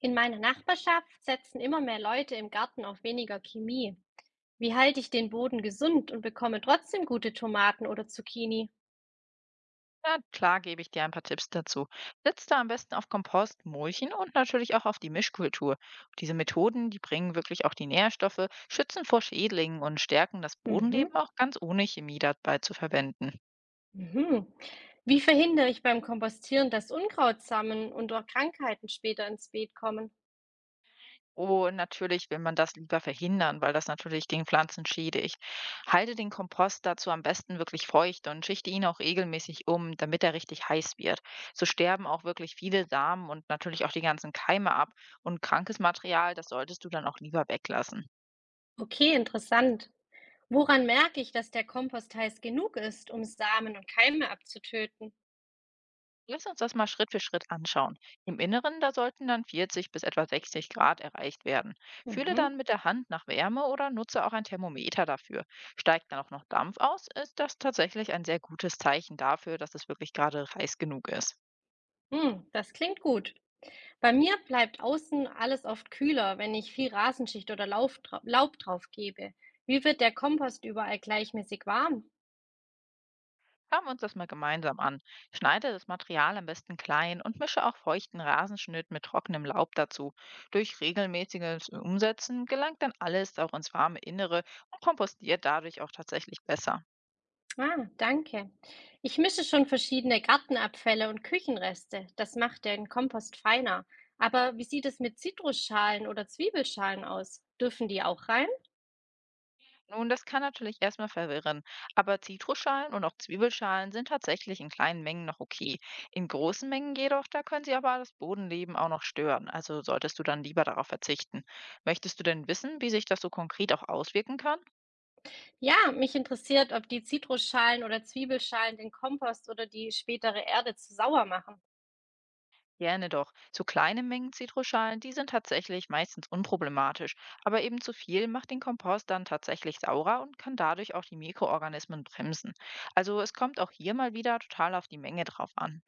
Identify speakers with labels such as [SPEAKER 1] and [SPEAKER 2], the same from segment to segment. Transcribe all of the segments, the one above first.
[SPEAKER 1] In meiner Nachbarschaft setzen immer mehr Leute im Garten auf weniger Chemie. Wie halte ich den Boden gesund und bekomme trotzdem gute Tomaten oder Zucchini?
[SPEAKER 2] Na klar, gebe ich dir ein paar Tipps dazu. Setz da am besten auf Kompost, Mulchen und natürlich auch auf die Mischkultur. Diese Methoden, die bringen wirklich auch die Nährstoffe, schützen vor Schädlingen und stärken das
[SPEAKER 1] Mhm,
[SPEAKER 2] Bodenleben auch ganz ohne Chemie dabei zu verwenden.
[SPEAKER 1] mhm. Wie verhindere ich beim Kompostieren, dass Unkrautsamen und auch Krankheiten später ins Beet kommen?
[SPEAKER 2] Und natürlich will man das lieber verhindern, weil das natürlich den Pflanzen schädigt. Halte den Kompost dazu am besten wirklich feucht und schichte ihn auch regelmäßig um, damit er richtig heiß wird. So sterben auch wirklich viele Samen und natürlich auch die ganzen Keime ab. Und krankes Material, das solltest du dann auch lieber weglassen.
[SPEAKER 1] Okay, interessant. Woran merke ich, dass der Kompost heiß genug ist, um Samen und Keime abzutöten?
[SPEAKER 2] Lass uns das mal Schritt für Schritt anschauen. Im Inneren, da sollten dann 40 bis etwa 60 Grad erreicht werden. Fühle
[SPEAKER 1] Mhm.
[SPEAKER 2] dann mit der Hand nach Wärme oder nutze auch ein Thermometer dafür. Steigt dann auch noch Dampf aus, ist das tatsächlich ein sehr gutes Zeichen dafür, dass es wirklich gerade heiß genug ist.
[SPEAKER 1] Hm, das klingt gut. Bei mir bleibt außen alles oft kühler, wenn ich viel Rasenschicht oder Laub drauf gebe. Wie wird der Kompost überall gleichmäßig warm?
[SPEAKER 2] Schauen wir uns das mal gemeinsam an. Schneide das Material am besten klein und mische auch feuchten Rasenschnitt mit trockenem Laub dazu. Durch regelmäßiges Umsetzen gelangt dann alles auch ins warme Innere und kompostiert dadurch auch tatsächlich besser.
[SPEAKER 1] Ah, danke. Ich mische schon verschiedene Gartenabfälle und Küchenreste. Das macht den Kompost feiner. Aber wie sieht es mit Zitrusschalen oder Zwiebelschalen aus? Dürfen die auch rein?
[SPEAKER 2] Nun, das kann natürlich erstmal verwirren, aber Zitrusschalen und auch Zwiebelschalen sind tatsächlich in kleinen Mengen noch okay. In großen Mengen jedoch, da können sie aber das Bodenleben auch noch stören. Also solltest du dann lieber darauf verzichten. Möchtest du denn wissen, wie sich das so konkret auch auswirken kann?
[SPEAKER 1] Ja, mich interessiert, ob die Zitrusschalen oder Zwiebelschalen den Kompost oder die spätere Erde zu sauer machen.
[SPEAKER 2] Gerne doch. So kleine Mengen Zitrusschalen, die sind tatsächlich meistens unproblematisch, aber eben zu viel macht den Kompost dann tatsächlich saurer und kann dadurch auch die Mikroorganismen bremsen. Also es kommt auch hier mal wieder total auf die Menge drauf an.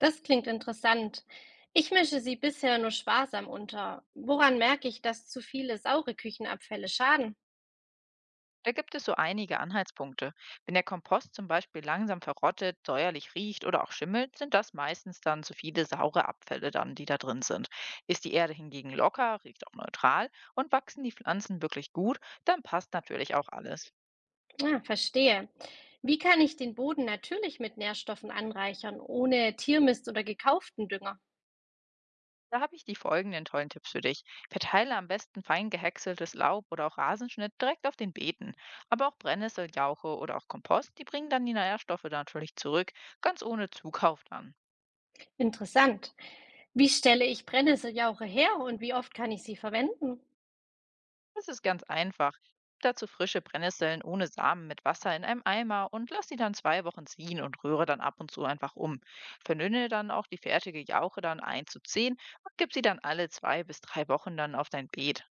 [SPEAKER 1] Das klingt interessant. Ich mische sie bisher nur sparsam unter. Woran merke ich, dass zu viele saure Küchenabfälle schaden?
[SPEAKER 2] Da gibt es so einige Anhaltspunkte. Wenn der Kompost zum Beispiel langsam verrottet, säuerlich riecht oder auch schimmelt, sind das meistens dann zu viele saure Abfälle dann, die da drin sind. Ist die Erde hingegen locker, riecht auch neutral und wachsen die Pflanzen wirklich gut, dann passt natürlich auch alles.
[SPEAKER 1] Ah, verstehe. Wie kann ich den Boden natürlich mit Nährstoffen anreichern, ohne Tiermist oder gekauften Dünger?
[SPEAKER 2] Da habe ich die folgenden tollen Tipps für dich. Verteile am besten fein gehäckseltes Laub oder auch Rasenschnitt direkt auf den Beeten. Aber auch Brennnessel, Jauche oder auch Kompost, die bringen dann die Nährstoffe natürlich zurück, ganz ohne Zukauf dann.
[SPEAKER 1] Interessant. Wie stelle ich Brennnesseljauche her und wie oft kann ich sie verwenden?
[SPEAKER 2] Das ist ganz einfach. Dazu frische Brennnesseln ohne Samen mit Wasser in einem Eimer und lass sie dann 2 Wochen ziehen und rühre dann ab und zu einfach um. Verdünne dann auch die fertige Jauche dann 1 zu 10 und gib sie dann alle 2 bis 3 Wochen dann auf dein Beet.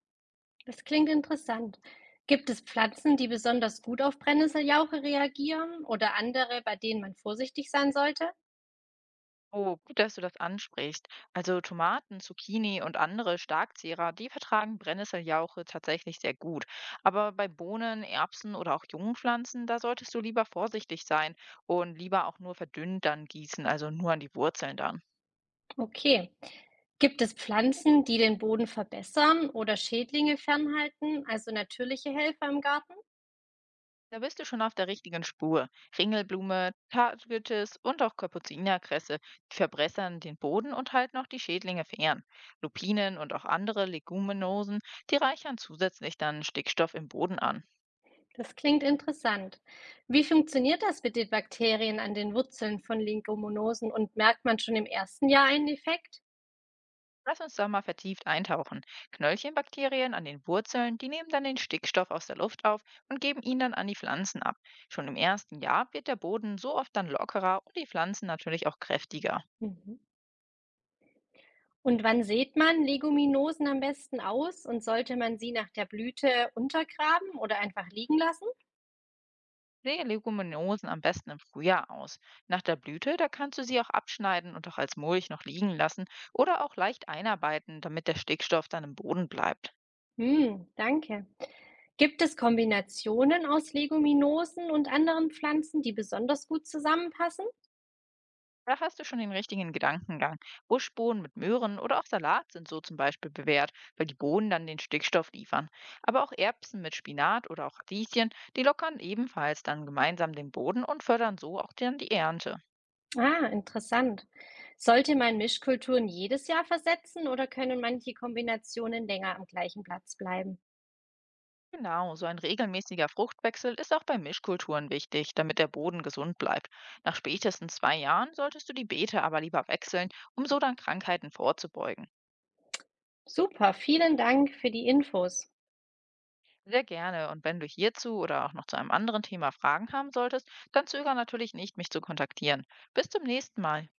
[SPEAKER 1] Das klingt interessant. Gibt es Pflanzen, die besonders gut auf Brennnesseljauche reagieren oder andere, bei denen man vorsichtig sein sollte?
[SPEAKER 2] Oh, gut, dass du das ansprichst. Also Tomaten, Zucchini und andere Starkzehrer, die vertragen Brennnesseljauche tatsächlich sehr gut. Aber bei Bohnen, Erbsen oder auch jungen Pflanzen, da solltest du lieber vorsichtig sein und lieber auch nur verdünnt dann gießen, also nur an die Wurzeln dann.
[SPEAKER 1] Okay. Gibt es Pflanzen, die den Boden verbessern oder Schädlinge fernhalten, also natürliche Helfer im Garten?
[SPEAKER 2] Da bist du schon auf der richtigen Spur. Ringelblume, Tartwitches und auch Kapuzinerkresse die verbessern den Boden und halten auch die Schädlinge fern. Lupinen und auch andere Leguminosen, die reichern zusätzlich dann Stickstoff im Boden an.
[SPEAKER 1] Das klingt interessant. Wie funktioniert das mit den Bakterien an den Wurzeln von Leguminosen und merkt man schon im ersten Jahr einen Effekt?
[SPEAKER 2] Lass uns da mal vertieft eintauchen. Knöllchenbakterien an den Wurzeln, die nehmen dann den Stickstoff aus der Luft auf und geben ihn dann an die Pflanzen ab. Schon im ersten Jahr wird der Boden so oft dann lockerer und die Pflanzen natürlich auch kräftiger.
[SPEAKER 1] Mhm. Und wann sät man Leguminosen am besten aus und sollte man sie nach der Blüte untergraben oder einfach liegen lassen?
[SPEAKER 2] Leguminosen am besten im Frühjahr aus. Nach der Blüte, da kannst du sie auch abschneiden und auch als Mulch noch liegen lassen oder auch leicht einarbeiten, damit der Stickstoff dann im Boden bleibt.
[SPEAKER 1] Hm, danke. Gibt es Kombinationen aus Leguminosen und anderen Pflanzen, die besonders gut zusammenpassen?
[SPEAKER 2] Da hast du schon den richtigen Gedankengang. Buschbohnen mit Möhren oder auch Salat sind so zum Beispiel bewährt, weil die Bohnen dann den Stickstoff liefern. Aber auch Erbsen mit Spinat oder auch Radieschen, die lockern ebenfalls dann gemeinsam den Boden und fördern so auch dann die Ernte.
[SPEAKER 1] Ah, interessant. Sollte man Mischkulturen jedes Jahr versetzen oder können manche Kombinationen länger am gleichen Platz bleiben?
[SPEAKER 2] Genau, so ein regelmäßiger Fruchtwechsel ist auch bei Mischkulturen wichtig, damit der Boden gesund bleibt. Nach spätestens 2 Jahren solltest du die Beete aber lieber wechseln, um so dann Krankheiten vorzubeugen.
[SPEAKER 1] Super, vielen Dank für die Infos.
[SPEAKER 2] Sehr gerne. Und wenn du hierzu oder auch noch zu einem anderen Thema Fragen haben solltest, dann zögere natürlich nicht, mich zu kontaktieren. Bis zum nächsten Mal.